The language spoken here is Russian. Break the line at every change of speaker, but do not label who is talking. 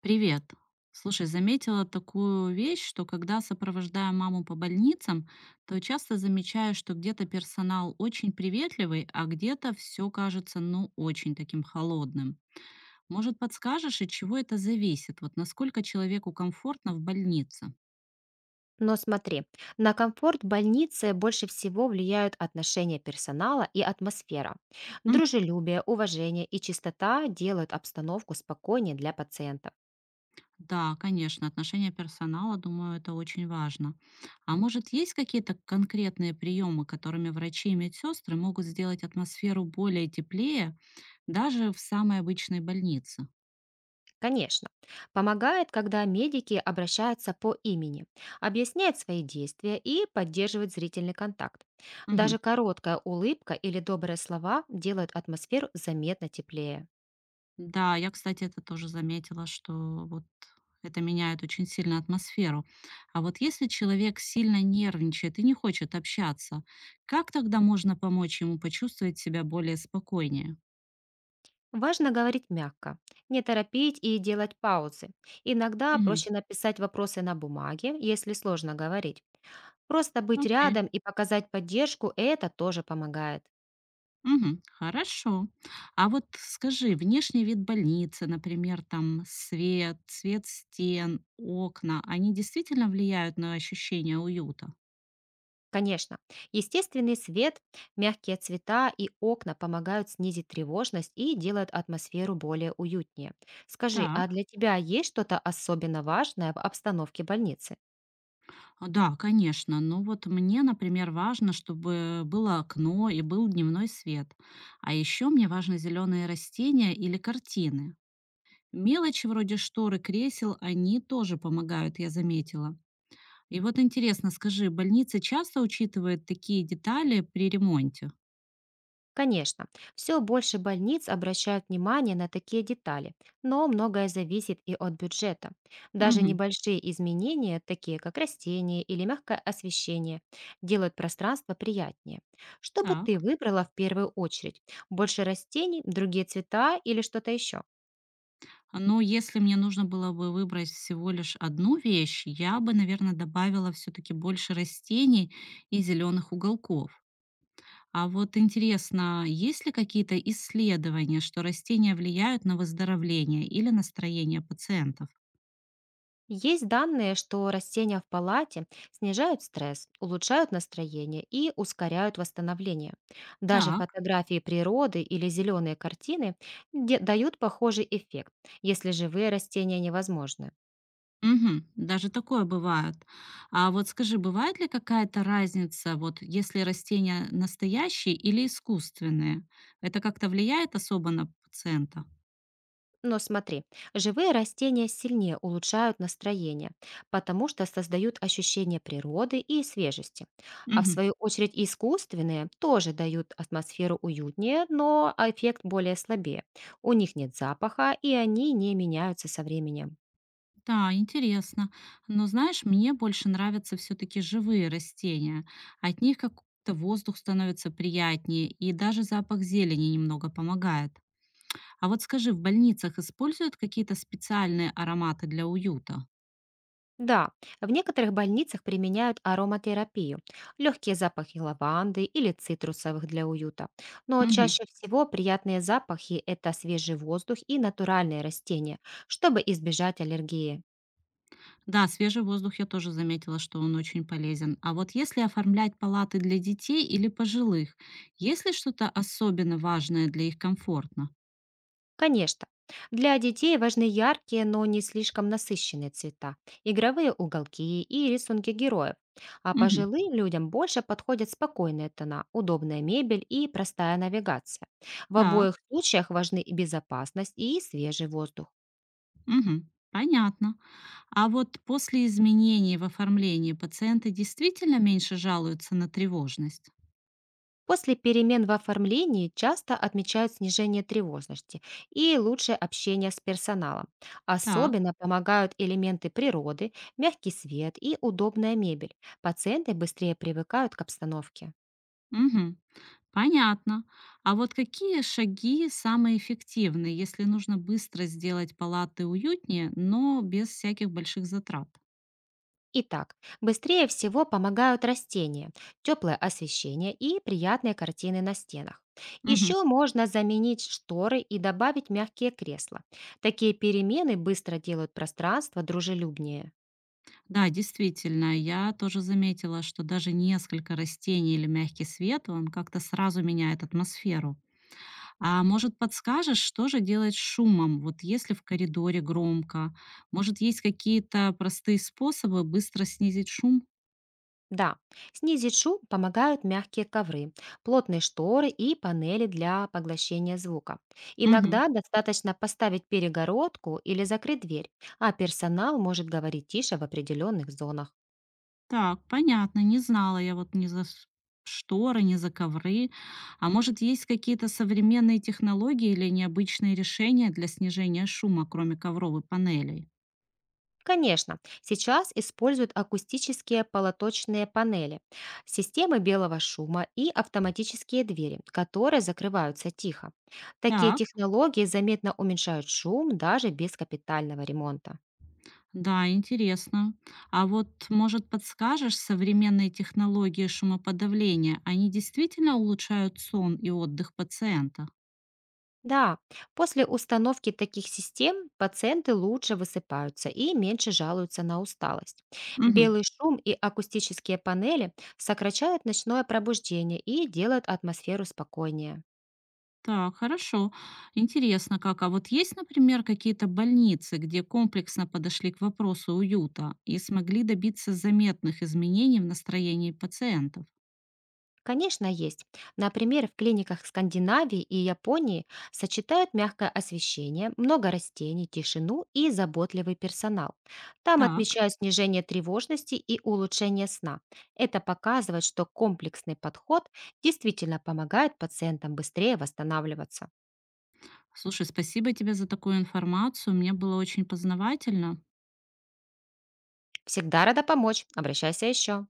Привет. Слушай, заметила такую вещь, что когда сопровождаю маму по больницам, то часто замечаю, что где-то персонал очень приветливый, а где-то все кажется, очень таким холодным. Может, подскажешь, от чего это зависит? Вот насколько человеку комфортно в больнице?
Но смотри, на комфорт больницы больше всего влияют отношения персонала и атмосфера.
М.
Дружелюбие, уважение и чистота делают обстановку спокойнее для пациентов.
Да, конечно, отношение персонала, думаю, это очень важно. А может, есть какие-то конкретные приемы, которыми врачи и медсестры могут сделать атмосферу более теплее, даже в самой обычной больнице.
Конечно, помогает, когда медики обращаются по имени, объясняют свои действия и поддерживают зрительный контакт.
Мгм.
Даже короткая улыбка или добрые слова делают атмосферу заметно теплее.
Да, я, кстати, это тоже заметила, что вот это меняет очень сильно атмосферу. А вот если человек сильно нервничает и не хочет общаться, как тогда можно помочь ему почувствовать себя более спокойнее?
Важно говорить мягко, не торопить и делать паузы. Иногда
Мгм.
проще написать вопросы на бумаге, если сложно говорить. Просто быть
Окей.
рядом и показать поддержку– это тоже помогает.
Мгм. Хорошо. А вот скажи, внешний вид больницы, например, там свет, цвет стен, окна, они действительно влияют на ощущение уюта?
Конечно, естественный свет, мягкие цвета и окна помогают снизить тревожность и делают атмосферу более уютнее. Скажи, а
Так.
для тебя есть что-то особенно важное в обстановке больницы?
А, да, конечно. Но вот мне, например, важно, чтобы было окно и был дневной свет. А еще мне важны зеленые растения или картины. Мелочи вроде шторы, кресел, они тоже помогают, я заметила. И вот интересно, скажи, больница часто учитывает такие детали при ремонте?
Конечно, все больше больниц обращают внимание на такие детали, но многое зависит и от бюджета. Даже
Угу,
небольшие изменения, такие как растения или мягкое освещение, делают пространство приятнее. Что бы
так.
ты выбрала в первую очередь? Больше растений, другие цвета или что-то еще?
Но если мне нужно было бы выбрать всего лишь одну вещь, я бы, наверное, добавила все-таки больше растений и зеленых уголков. А вот интересно, есть ли какие-то исследования, что растения влияют на выздоровление или настроение пациентов?
Есть данные, что растения в палате снижают стресс, улучшают настроение и ускоряют восстановление. Даже
Так,
фотографии природы или зеленые картины дают похожий эффект, если живые растения невозможны.
мгм, даже такое бывает. А вот скажи, бывает ли какая-то разница, вот если растения настоящие или искусственные? Это как-то влияет особо на пациента?
Но смотри, живые растения сильнее улучшают настроение, потому что создают ощущение природы и свежести. А в
Мгм.
свою очередь искусственные тоже дают атмосферу уютнее, но эффект более слабее. У них нет запаха, и они не меняются со временем.
Да, интересно. Но знаешь, мне больше нравятся все-таки живые растения. От них как-то воздух становится приятнее, и даже запах зелени немного помогает. А вот скажи, в больницах используют какие-то специальные ароматы для уюта?
Да, в некоторых больницах применяют ароматерапию, легкие запахи лаванды или цитрусовых для уюта. Но
Мгм.
чаще всего приятные запахи– это свежий воздух и натуральные растения, чтобы избежать аллергии.
Да, свежий воздух я тоже заметила, что он очень полезен. А вот если оформлять палаты для детей или пожилых, есть ли что-то особенно важное для их комфортно?
Конечно. Для детей важны яркие, но не слишком насыщенные цвета, игровые уголки и рисунки героев. А
Мгм.
пожилым людям больше подходят спокойные тона, удобная мебель и простая навигация. В
Так.
обоих случаях важны и безопасность, и свежий воздух.
Мгм, понятно. А вот после изменений в оформлении пациенты действительно меньше жалуются на тревожность?
После перемен в оформлении часто отмечают снижение тревожности и лучшее общение с персоналом.
Так,
Особенно помогают элементы природы, мягкий свет и удобная мебель. Пациенты быстрее привыкают к обстановке.
мгм, понятно. А вот какие шаги самые эффективные, если нужно быстро сделать палаты уютнее, но без всяких больших затрат?
Итак, быстрее всего помогают растения, теплое освещение и приятные картины на стенах.
Мгм.
Еще можно заменить шторы и добавить мягкие кресла. Такие перемены быстро делают пространство дружелюбнее.
Да, действительно, я тоже заметила, что даже несколько растений или мягкий свет, он как-то сразу меняет атмосферу. А может, подскажешь, что же делать с шумом? Вот если в коридоре громко, может, есть какие-то простые способы быстро снизить шум?
Да, снизить шум помогают мягкие ковры, плотные шторы и панели для поглощения звука.
Мгм.
Иногда достаточно поставить перегородку или закрыть дверь, а персонал может говорить тише в определенных зонах.
Так, понятно, не знала я вот ни за ш- шторы, ни за ковры. А может, есть какие-то современные технологии или необычные решения для снижения шума, кроме ковровой панелей?
Конечно, сейчас используют акустические полоточные панели, системы белого шума и автоматические двери, которые закрываются тихо. Такие
Так.
технологии заметно уменьшают шум даже без капитального ремонта.
Да, интересно. А вот, может, подскажешь, современные технологии шумоподавления, они действительно улучшают сон и отдых пациента?
Да, после установки таких систем пациенты лучше высыпаются и меньше жалуются на усталость.
Мгм.
Белый шум и акустические панели сокращают ночное пробуждение и делают атмосферу спокойнее.
Так, хорошо. Интересно как. А вот есть, например, какие-то больницы, где комплексно подошли к вопросу уюта и смогли добиться заметных изменений в настроении пациентов?
Конечно, есть. Например, в клиниках Скандинавии и Японии сочетают мягкое освещение, много растений, тишину и заботливый персонал. Там
Так.
отмечают снижение тревожности и улучшение сна. Это показывает, что комплексный подход действительно помогает пациентам быстрее восстанавливаться.
Слушай, спасибо тебе за такую информацию. Мне было очень познавательно.
Всегда рада помочь. Обращайся еще.